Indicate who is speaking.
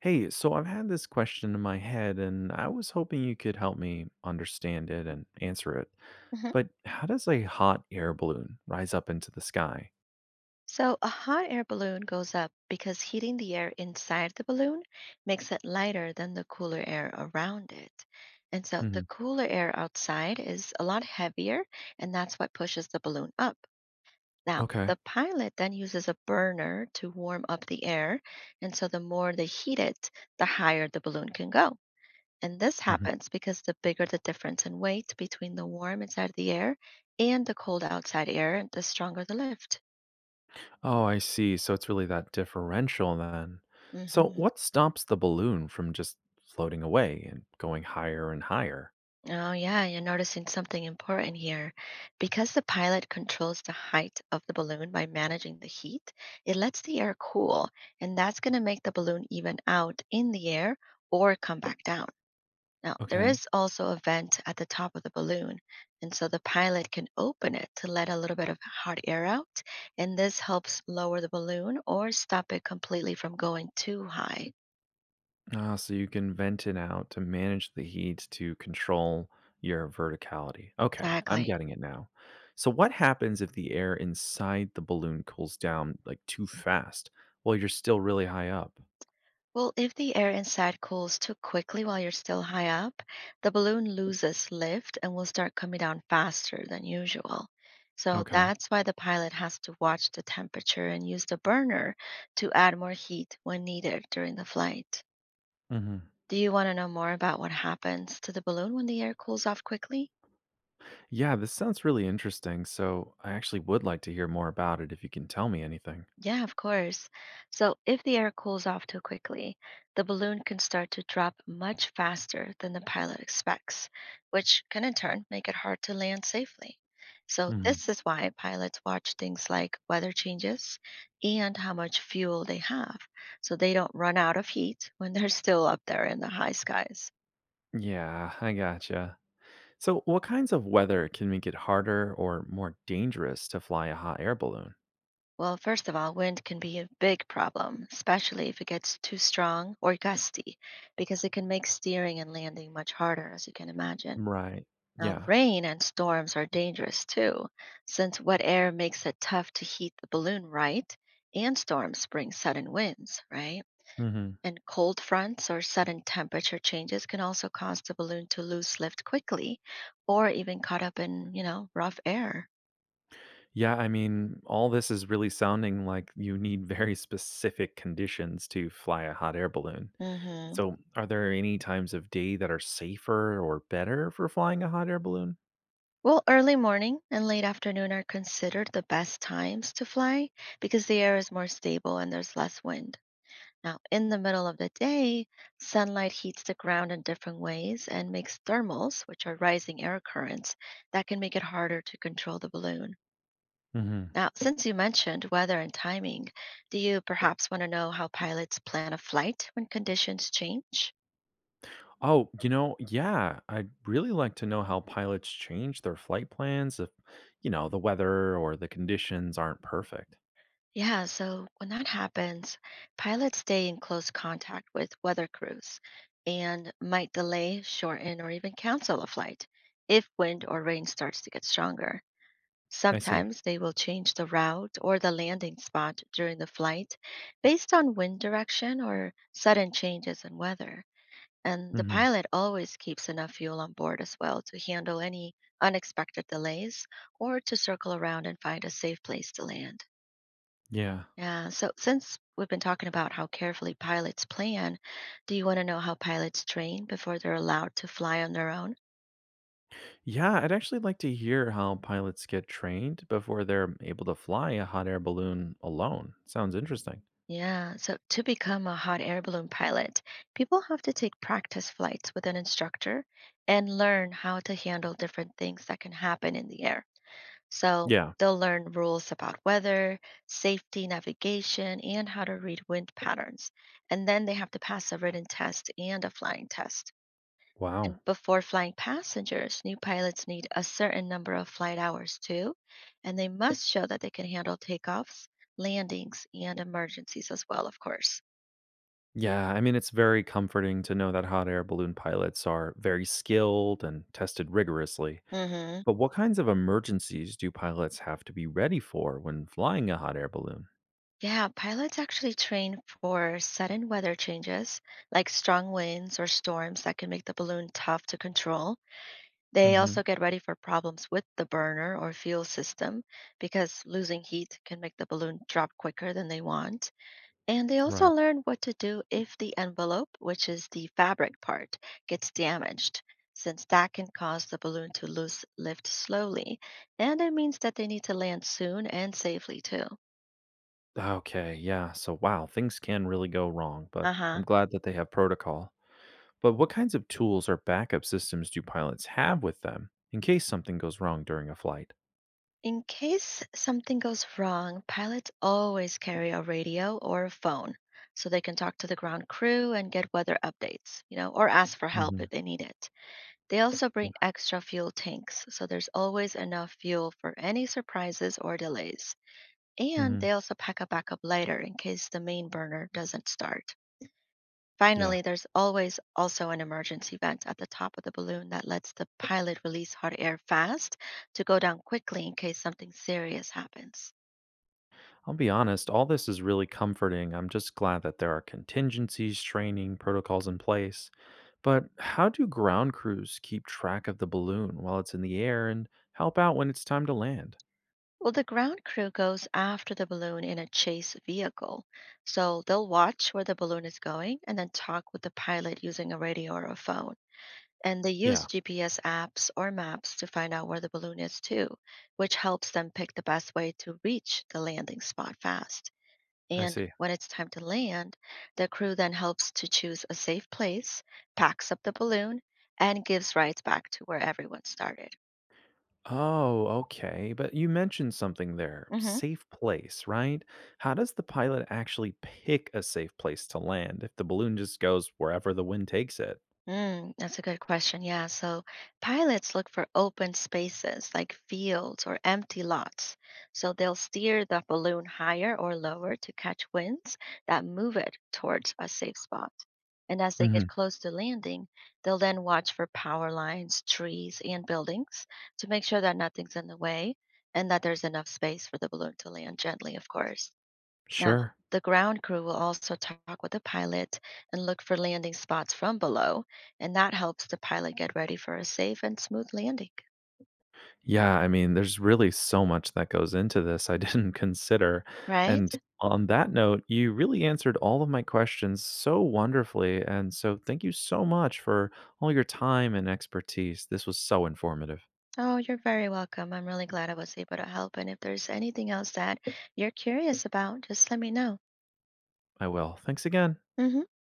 Speaker 1: Hey, so I've had this question in my head, and I was hoping you could help me understand it and answer it.
Speaker 2: Mhm.
Speaker 1: But how does a hot air balloon rise up into the sky?
Speaker 2: So, a hot air balloon goes up because heating the air inside the balloon makes it lighter than the cooler air around it. And so, the
Speaker 1: Hmm.
Speaker 2: cooler air outside is a lot heavier, and that's what pushes the balloon up. Now,
Speaker 1: Okay.
Speaker 2: the pilot then uses a burner to warm up the air. And so, the more they heat it, the higher the balloon can go. And this
Speaker 1: Hmm.
Speaker 2: happens because the bigger the difference in weight between the warm inside the air and the cold outside air, the stronger the lift.
Speaker 1: Oh, I see. So it's really that differential then. So,
Speaker 2: Hmm.
Speaker 1: what stops the balloon from just floating away and going higher and higher?
Speaker 2: Oh, yeah, you're noticing something important here. Because the pilot controls the height of the balloon by managing the heat, it lets the air cool, and that's going to make the balloon even out in the air or come back down. Now, there
Speaker 1: Okay.
Speaker 2: is also a vent at the top of the balloon, and so the pilot can open it to let a little bit of hot air out, and this helps lower the balloon or stop it completely from going too high.
Speaker 1: Ah, so you can vent it out to manage the heat to control your verticality. Okay, I'm
Speaker 2: Exactly.
Speaker 1: getting it now. So what happens if the air inside the balloon cools down like too fast while you're still really high up?
Speaker 2: Well, if the air inside cools too quickly while you're still high up, the balloon loses lift and will start coming down faster than usual. So
Speaker 1: Okay.
Speaker 2: that's why the pilot has to watch the temperature and use the burner to add more heat when needed during the flight.
Speaker 1: Hmm.
Speaker 2: Do you want to know more about what happens to the balloon when the air cools off quickly?
Speaker 1: Yeah, this sounds really interesting. So I actually would like to hear more about it if you can tell me anything.
Speaker 2: Yeah, of course. So, if the air cools off too quickly, the balloon can start to drop much faster than the pilot expects, which can in turn make it hard to land safely. So,
Speaker 1: Mhm.
Speaker 2: this is why pilots watch things like weather changes and how much fuel they have, so they don't run out of heat when they're still up there in the high skies.
Speaker 1: Yeah, I gotcha. So what kinds of weather can make it harder or more dangerous to fly a hot air balloon?
Speaker 2: Well, first of all, wind can be a big problem, especially if it gets too strong or gusty, because it can make steering and landing much harder, as you can imagine.
Speaker 1: Right.
Speaker 2: Now,
Speaker 1: Yeah.
Speaker 2: rain and storms are dangerous too, since wet air makes it tough to heat the balloon right, and storms bring sudden winds, right?
Speaker 1: Hmm.
Speaker 2: And cold fronts or sudden temperature changes can also cause the balloon to lose lift quickly or even caught up in rough air.
Speaker 1: Yeah, I mean, all this is really sounding like you need very specific conditions to fly a hot air balloon.
Speaker 2: Hmm.
Speaker 1: So, are there any times of day that are safer or better for flying a hot air balloon?
Speaker 2: Well, early morning and late afternoon are considered the best times to fly because the air is more stable and there's less wind. Now, in the middle of the day, sunlight heats the ground in different ways and makes thermals, which are rising air currents, that can make it harder to control the balloon.
Speaker 1: Hmm.
Speaker 2: Now, since you mentioned weather and timing, do you perhaps want to know how pilots plan a flight when conditions change?
Speaker 1: Oh, yeah, I'd really like to know how pilots change their flight plans if, the weather or the conditions aren't perfect.
Speaker 2: Yeah, so when that happens, pilots stay in close contact with weather crews and might delay, shorten, or even cancel a flight if wind or rain starts to get stronger.
Speaker 1: I see.
Speaker 2: Sometimes they will change the route or the landing spot during the flight based on wind direction or sudden changes in weather. And the
Speaker 1: Hmm.
Speaker 2: pilot always keeps enough fuel on board as well to handle any unexpected delays or to circle around and find a safe place to land.
Speaker 1: Yeah.
Speaker 2: Yeah. So since we've been talking about how carefully pilots plan, do you want to know how pilots train before they're allowed to fly on their own?
Speaker 1: Yeah, I'd actually like to hear how pilots get trained before they're able to fly a hot air balloon alone. Sounds interesting.
Speaker 2: Yeah. So to become a hot air balloon pilot, people have to take practice flights with an instructor and learn how to handle different things that can happen in the air. So
Speaker 1: Yeah.
Speaker 2: they'll learn rules about weather, safety, navigation, and how to read wind patterns. And then they have to pass a written test and a flying test.
Speaker 1: Wow.
Speaker 2: And before flying passengers, new pilots need a certain number of flight hours too, and they must show that they can handle takeoffs, landings, and emergencies as well, of course.
Speaker 1: Yeah, I mean, it's very comforting to know that hot air balloon pilots are very skilled and tested rigorously.
Speaker 2: Hmm.
Speaker 1: But what kinds of emergencies do pilots have to be ready for when flying a hot air balloon?
Speaker 2: Yeah, pilots actually train for sudden weather changes, like strong winds or storms that can make the balloon tough to control. They also
Speaker 1: Hmm.
Speaker 2: get ready for problems with the burner or fuel system because losing heat can make the balloon drop quicker than they want. And they also
Speaker 1: Right.
Speaker 2: learn what to do if the envelope, which is the fabric part, gets damaged, since that can cause the balloon to lose lift slowly. And it means that they need to land soon and safely, too.
Speaker 1: Okay. Yeah. So, wow, things can really go wrong,
Speaker 2: Uh
Speaker 1: but I'm
Speaker 2: huh.
Speaker 1: glad that they have protocol. But what kinds of tools or backup systems do pilots have with them in case something goes wrong during a flight?
Speaker 2: In case something goes wrong, pilots always carry a radio or a phone so they can talk to the ground crew and get weather updates, or ask for help if
Speaker 1: Hmm.
Speaker 2: they need it. They also
Speaker 1: Yeah.
Speaker 2: bring extra fuel tanks, so there's always enough fuel for any surprises or delays. And they
Speaker 1: Hmm.
Speaker 2: also pack a backup lighter in case the main burner doesn't start.
Speaker 1: Yeah.
Speaker 2: Finally, there's always also an emergency vent at the top of the balloon that lets the pilot release hot air fast to go down quickly in case something serious happens.
Speaker 1: I'll be honest, all this is really comforting. I'm just glad that there are contingencies, training, protocols in place. But how do ground crews keep track of the balloon while it's in the air and help out when it's time to land?
Speaker 2: Well, the ground crew goes after the balloon in a chase vehicle. So they'll watch where the balloon is going and then talk with the pilot using a radio or a phone. And they use
Speaker 1: Yeah,
Speaker 2: GPS apps or maps to find out where the balloon is too, which helps them pick the best way to reach the landing spot fast.
Speaker 1: I
Speaker 2: And
Speaker 1: see.
Speaker 2: when it's time to land, the crew then helps to choose a safe place, packs up the balloon, and gives rides back to where everyone started.
Speaker 1: Oh, okay. But you mentioned something there
Speaker 2: Mhm.
Speaker 1: safe place, right? How does the pilot actually pick a safe place to land if the balloon just goes wherever the wind takes it?
Speaker 2: Mm, that's a good question. Yeah. So pilots look for open spaces like fields or empty lots. So they'll steer the balloon higher or lower to catch winds that move it towards a safe spot. And as they get
Speaker 1: Hmm.
Speaker 2: close to landing, they'll then watch for power lines, trees, and buildings to make sure that nothing's in the way and that there's enough space for the balloon to land gently, of course. Now,
Speaker 1: Sure.
Speaker 2: the ground crew will also talk with the pilot and look for landing spots from below, and that helps the pilot get ready for a safe and smooth landing.
Speaker 1: Yeah, I mean, there's really so much that goes into this I didn't consider.
Speaker 2: Right?
Speaker 1: And on that note, you really answered all of my questions so wonderfully. And so thank you so much for all your time and expertise. This was so informative.
Speaker 2: Oh, you're very welcome. I'm really glad I was able to help. And if there's anything else that you're curious about, just let me know.
Speaker 1: I will. Thanks again.
Speaker 2: Hmm.